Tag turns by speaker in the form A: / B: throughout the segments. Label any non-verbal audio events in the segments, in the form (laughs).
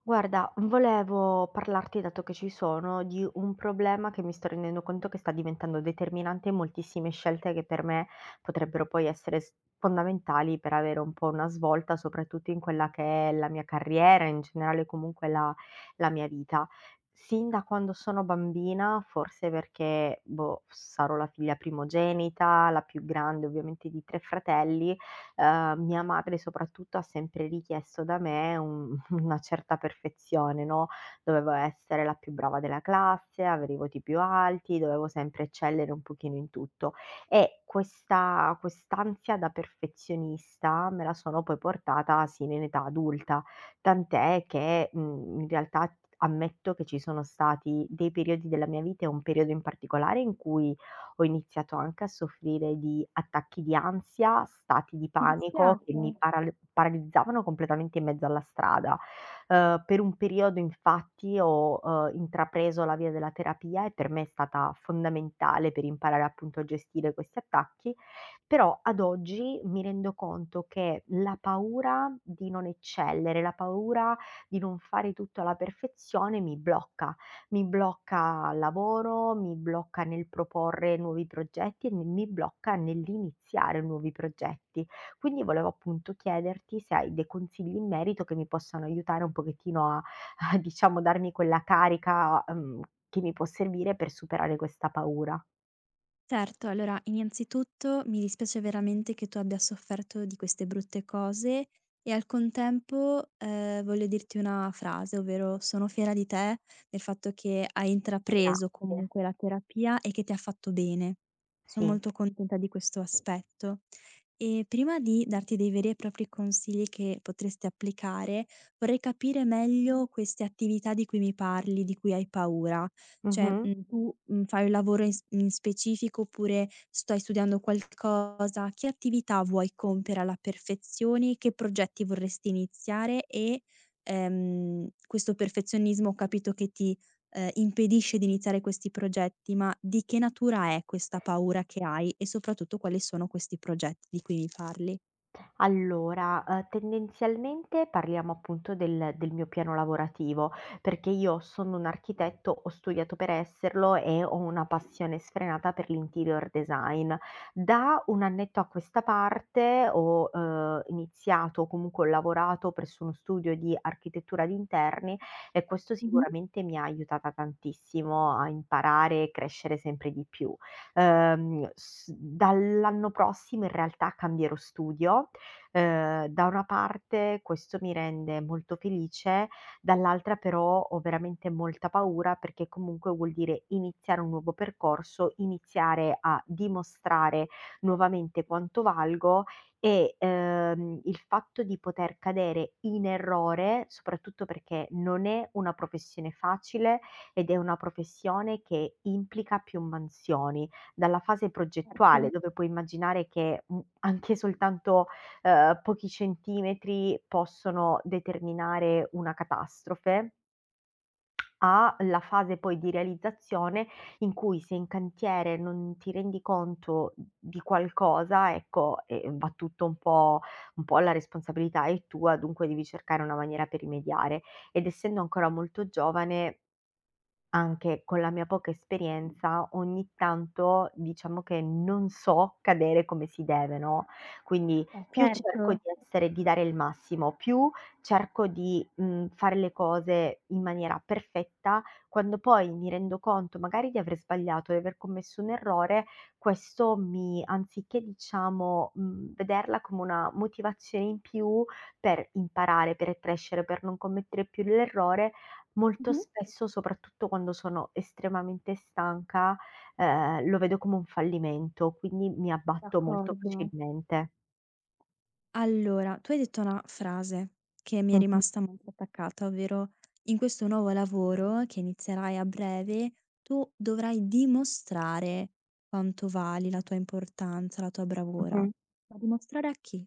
A: Guarda, volevo parlarti, dato che ci sono, di un problema che mi sto rendendo conto che sta diventando determinante in moltissime scelte che per me potrebbero poi essere s fondamentali per avere un po' una svolta, soprattutto in quella che è la mia carriera, in generale comunque la mia vita. Sin da quando sono bambina, forse perché, boh, sarò la figlia primogenita, la più grande ovviamente di 3 fratelli, mia madre soprattutto ha sempre richiesto da me un una certa perfezione, no, dovevo essere la più brava della classe, avere i voti più alti, dovevo sempre eccellere un pochino in tutto. E questa quest'ansia da perfezionista me la sono poi portata sino in età adulta, tant'è che, in realtà ammetto che ci sono stati dei periodi della mia vita e un periodo in particolare in cui ho iniziato anche a soffrire di attacchi di ansia, stati di
B: Mi
A: panico che
B: dispiace.
A: mi paral paralizzavano completamente in mezzo alla strada. Per un periodo infatti ho, intrapreso la via della terapia e per me è stata fondamentale per imparare appunto a gestire questi attacchi, però ad oggi mi rendo conto che la paura di non eccellere, la paura di non fare tutto alla perfezione mi blocca. Mi blocca al lavoro, mi blocca nel proporre nuovi progetti e mi blocca nell'iniziare nuovi progetti. Quindi volevo appunto chiederti se hai dei consigli in merito che mi possano aiutare un pochettino a (laughs) a diciamo darmi quella carica, che mi può servire per superare questa paura.
B: Certo, allora innanzitutto mi dispiace veramente che tu abbia sofferto di queste brutte cose e al contempo, voglio dirti una frase, ovvero sono fiera di te del fatto che hai
A: Grazie.
B: intrapreso comunque la terapia e che ti ha fatto bene. Son
A: Sì.
B: molto contenta di questo aspetto. E prima di darti dei veri e propri consigli che potresti applicare, vorrei capire meglio queste attività di cui mi parli, di cui hai paura. Cioè,
A: Mh-mh.
B: tu, fai un lavoro in specifico oppure stai studiando qualcosa? Che attività vuoi compiere alla perfezione? Che progetti vorresti iniziare? E, questo perfezionismo ho capito che ti, impedisce di iniziare questi progetti, ma di che natura è questa paura che hai? E soprattutto quali sono questi progetti di cui mi parli?
A: Allora, tendenzialmente parliamo appunto del mio piano lavorativo, perché io sono un architetto, ho studiato per esserlo e ho una passione sfrenata per l'interior design. Da 1 annetto a questa parte ho, iniziato o comunque ho lavorato presso uno studio di architettura di interni e questo
B: Mh-mh.
A: sicuramente mi ha aiutata tantissimo a imparare e crescere sempre di più. S Dall'anno prossimo in realtà cambierò studio. Da una parte questo mi rende molto felice, dall'altra però ho veramente molta paura perché comunque vuol dire iniziare un nuovo percorso, iniziare a dimostrare nuovamente quanto valgo e, il fatto di poter cadere in errore, soprattutto perché non è una professione facile ed è una professione che implica più mansioni, dalla fase
B: Certo,
A: progettuale dove puoi immaginare che, anche soltanto pochi centimetri possono determinare una catastrofe, alla fase poi di realizzazione in cui se in cantiere non ti rendi conto di qualcosa, ecco, va tutto un po' la responsabilità è tua, dunque devi cercare una maniera per rimediare. Ed essendo ancora molto giovane anche con la mia poca esperienza, ogni tanto diciamo che non so cadere come si deve, no, quindi più
B: certo.
A: cerco di essere di dare il massimo, più cerco di, fare le cose in maniera perfetta, quando poi mi rendo conto magari di aver sbagliato, di aver commesso un errore, questo mi anziché diciamo, vederla come una motivazione in più per imparare, per crescere, per non commettere più l'errore, molto
B: Mh-mh.
A: spesso, soprattutto quando sono estremamente stanca, lo vedo come un fallimento, quindi mi abbatto molto
B: D'accordo.
A: facilmente.
B: Allora, tu hai detto una frase che mi è
A: Mh-mh,
B: rimasta molto attaccata, ovvero: "In questo nuovo lavoro che inizierai a breve, tu dovrai dimostrare quanto vali, la tua importanza, la tua bravura".
A: mh-mh.
B: Ma dimostrare a chi?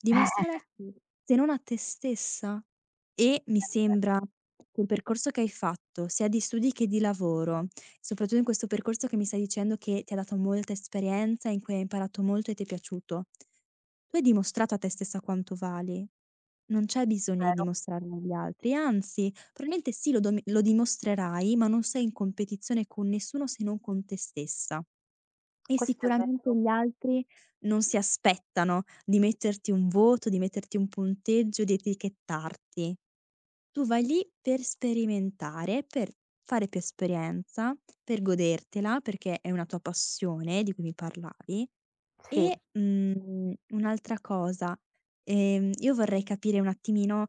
B: Dimostrare a
A: (laughs)
B: chi, se non a te stessa? E mi
A: È
B: sembra che il percorso che hai fatto, sia di studi che di lavoro, soprattutto in questo percorso che mi stai dicendo che ti ha dato molta esperienza, in cui hai imparato molto e ti è piaciuto, tu hai dimostrato a te stessa quanto vali. Non c'è bisogno di
A: vero.
B: dimostrarlo agli altri, anzi probabilmente sì lo dimostrerai, ma non sei in competizione con nessuno se non con te stessa. E
A: Questo è
B: sicuramente
A: vero.
B: gli altri non si aspettano di metterti un voto, di metterti un punteggio, di etichettarti. Tu vai lì per sperimentare, per fare più esperienza, per godertela, perché è una tua passione di cui mi parlavi.
A: Sì,
B: E, un'altra cosa, io vorrei capire un attimino,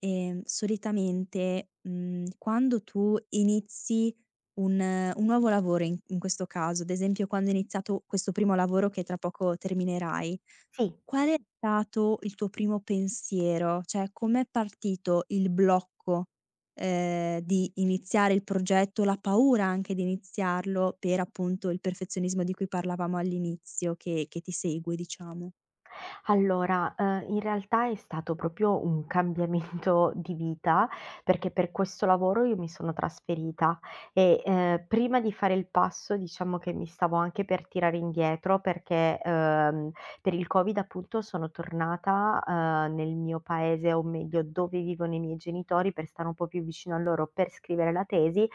B: solitamente, quando tu inizi un nuovo lavoro in questo caso, ad esempio quando hai iniziato questo primo lavoro che tra poco terminerai.
A: sì.
B: Qual è stato il tuo primo pensiero? Cioè, com'è partito il blocco, di iniziare il progetto, la paura anche di iniziarlo per, appunto, il perfezionismo di cui parlavamo all'inizio che ti segue, diciamo?
A: Allora, in realtà è stato proprio un cambiamento di vita, perché per questo lavoro io mi sono trasferita e, prima di fare il passo diciamo che mi stavo anche per tirare indietro perché, per il Covid appunto sono tornata, nel mio paese, o meglio dove vivono i miei genitori per stare un po' più vicino a loro, per scrivere la tesi.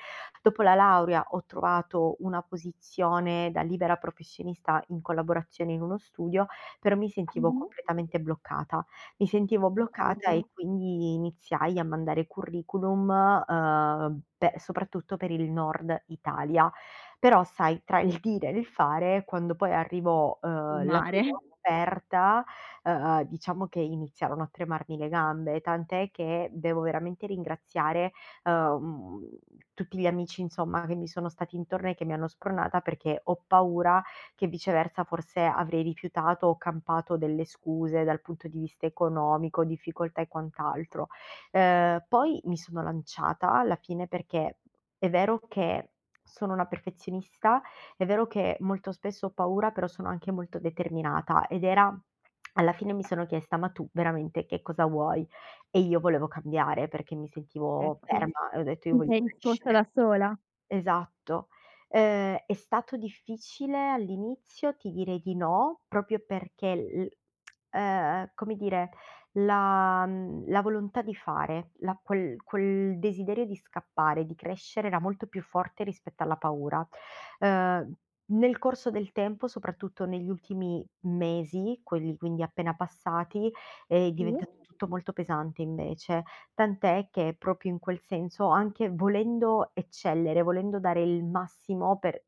A: Dopo la laurea ho trovato una posizione da libera professionista in collaborazione in uno studio, però mi sentivo
B: Mh-mh.
A: completamente bloccata. Mi sentivo bloccata e
B: D'accordo.
A: quindi iniziai a mandare curriculum, pe soprattutto per il Nord Italia. Però sai, tra il dire e il fare, quando poi arrivò,
B: Il
A: la prima
B: mare, (laughs)
A: offerta, diciamo che iniziarono a tremarmi le gambe, tant'è che devo veramente ringraziare, uhm, tutti gli amici insomma che mi sono stati intorno e che mi hanno spronata perché ho paura che viceversa forse avrei rifiutato o campato delle scuse dal punto di vista economico, difficoltà e quant'altro. Poi mi sono lanciata alla fine perché è vero che sono una perfezionista, è vero che molto spesso ho paura, però sono anche molto determinata ed era alla fine mi sono chiesta: "Ma tu veramente che cosa vuoi?" E io volevo cambiare perché mi sentivo
B: ecco.
A: ferma e ho detto: "Io
B: Ti
A: voglio
B: sei risposta da
A: crescere."
B: sola.
A: Esatto. È stato difficile all'inizio, ti direi di no, proprio perché l come dire, la volontà di fare, la quel quel desiderio di scappare, di crescere era molto più forte rispetto alla paura. Ehm, Nel corso del tempo, soprattutto negli ultimi mesi, quelli quindi appena passati, è
B: Sì,
A: diventato tutto molto pesante invece. Tant'è che proprio in quel senso, anche volendo eccellere, volendo dare il massimo, per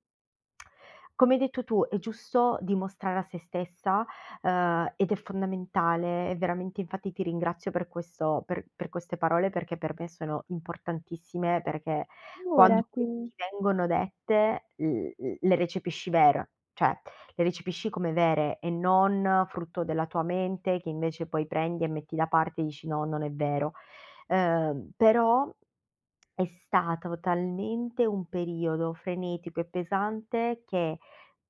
A: come hai detto tu, è giusto dimostrare a se stessa, ed è fondamentale, è veramente infatti ti ringrazio per questo per queste parole, perché per me sono importantissime, perché mh, quando (laughs)
B: figurati.
A: poi ti vengono dette l l le recepisci vere, cioè le recepisci come vere e non frutto della tua mente che invece poi prendi e metti da parte e dici: "No, non è vero". Però è stato talmente un periodo frenetico e pesante che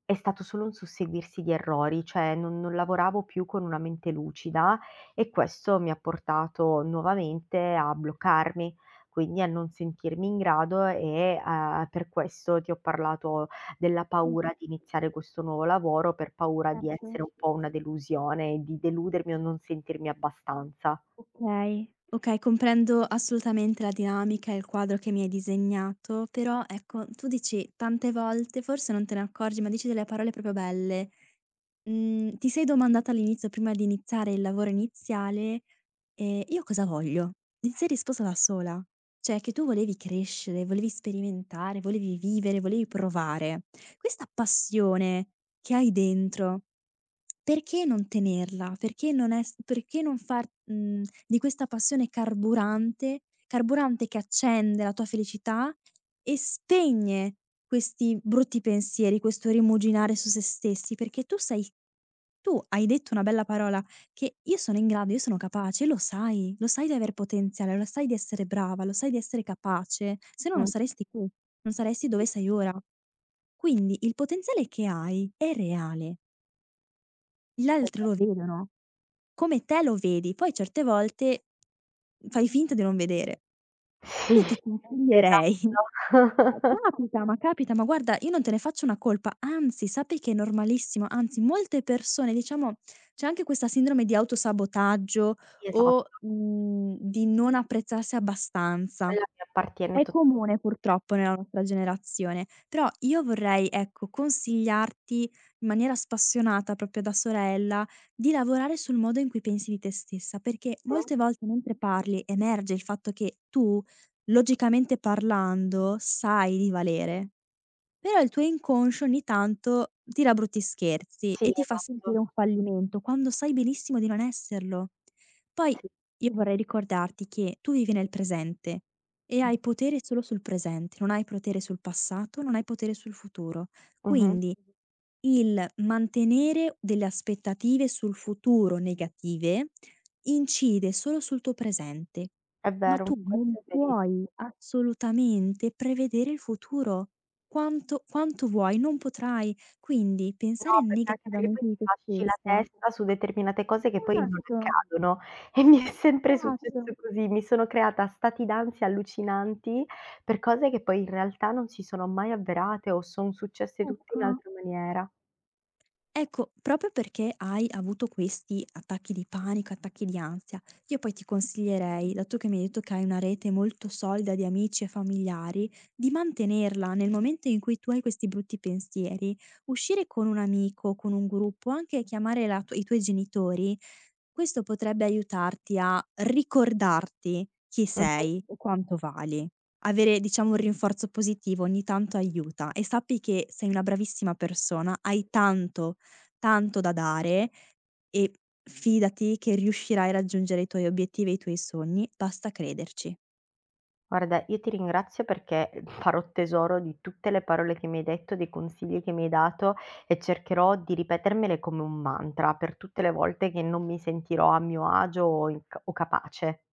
A: è stato solo un susseguirsi di errori, cioè non lavoravo più con una mente lucida e questo mi ha portato nuovamente a bloccarmi, quindi a non sentirmi in grado e, per questo ti ho parlato della paura di iniziare questo nuovo lavoro, per paura di
B: Certo.
A: essere un po' una delusione, di deludermi o non sentirmi abbastanza.
B: Okay, okay, comprendo assolutamente la dinamica e il quadro che mi hai disegnato, però ecco, tu dici tante volte, forse non te ne accorgi, ma dici delle parole proprio belle. Ti sei domandata all'inizio, prima di iniziare il lavoro iniziale: Io cosa voglio?" Ti sei risposta da sola. Cioè che tu volevi crescere, volevi sperimentare, volevi vivere, volevi provare. Questa passione che hai dentro, perché non tenerla? Perché non far, di questa passione carburante che accende la tua felicità e spegne questi brutti pensieri, questo rimuginare su se stessi, perché tu sei, tu hai detto una bella parola, che io sono in grado, io sono capace, lo sai di aver potenziale, lo sai di essere brava, lo sai di essere capace, se no non
A: Mh,
B: saresti qui, non saresti dove sei ora. Quindi il potenziale che hai è reale, gli
A: sì.
B: altri lo vedono, come te lo vedi, poi certe volte fai finta di non vedere.
A: Sì,
B: Io ti consiglierei
A: esatto.
B: (laughs) Eh,
A: (laughs)
B: capita, ma guarda io non te ne faccio una colpa, anzi sappi che è normalissimo, anzi molte persone diciamo c'è anche questa sindrome di autosabotaggio
A: Sì, esatto,
B: o, di non apprezzarsi abbastanza.
A: quella mi appartiene
B: È
A: tot.
B: comune purtroppo nella nostra generazione, però io vorrei, ecco, consigliarti in maniera spassionata, proprio da sorella, di lavorare sul modo in cui pensi di te stessa, perché
A: Mh,
B: molte volte mentre parli emerge il fatto che tu, logicamente parlando, sai di valere. Però il tuo inconscio ogni tanto tira brutti scherzi
A: sì,
B: e ti fa sentire
A: esatto.
B: un fallimento, quando sai benissimo di non esserlo. Poi
A: Sì.
B: io vorrei ricordarti che tu vivi nel presente e
A: Mh.
B: hai potere solo sul presente, non hai potere sul passato, non hai potere sul futuro.
A: Mh-mh.
B: Quindi il mantenere delle aspettative sul futuro negative incide solo sul tuo presente,
A: È
B: ma tu
A: vero,
B: non
A: questo è veriss.
B: puoi assolutamente prevedere il futuro. Quanto vuoi, non potrai. Quindi pensare
A: No, perché anche perché poi
B: negativamente di
A: ti
B: te
A: fasci la
B: stessa.
A: testa su determinate cose che poi non
B: Esatto,
A: accadono e mi è sempre
B: esatto,
A: successo così, mi sono creata stati d'ansia allucinanti per cose che poi in realtà non si sono mai avverate o son successe tutte
B: ecco.
A: in altra maniera.
B: Ecco, proprio perché hai avuto questi attacchi di panico, attacchi di ansia, io poi ti consiglierei, dato che mi hai detto che hai una rete molto solida di amici e familiari, di mantenerla nel momento in cui tu hai questi brutti pensieri. Uscire con un amico, con un gruppo, anche chiamare la tu i tuoi genitori. Questo potrebbe aiutarti a ricordarti chi
A: Mh-mh.
B: sei o quanto vali. Avere, diciamo, un rinforzo positivo ogni tanto aiuta e sappi che sei una bravissima persona, hai tanto, tanto da dare e fidati che riuscirai a raggiungere i tuoi obiettivi e i tuoi sogni, basta crederci.
A: Guarda, io ti ringrazio perché farò tesoro di tutte le parole che mi hai detto, dei consigli che mi hai dato e cercherò di ripetermele come un mantra per tutte le volte che non mi sentirò a mio agio o in- o capace.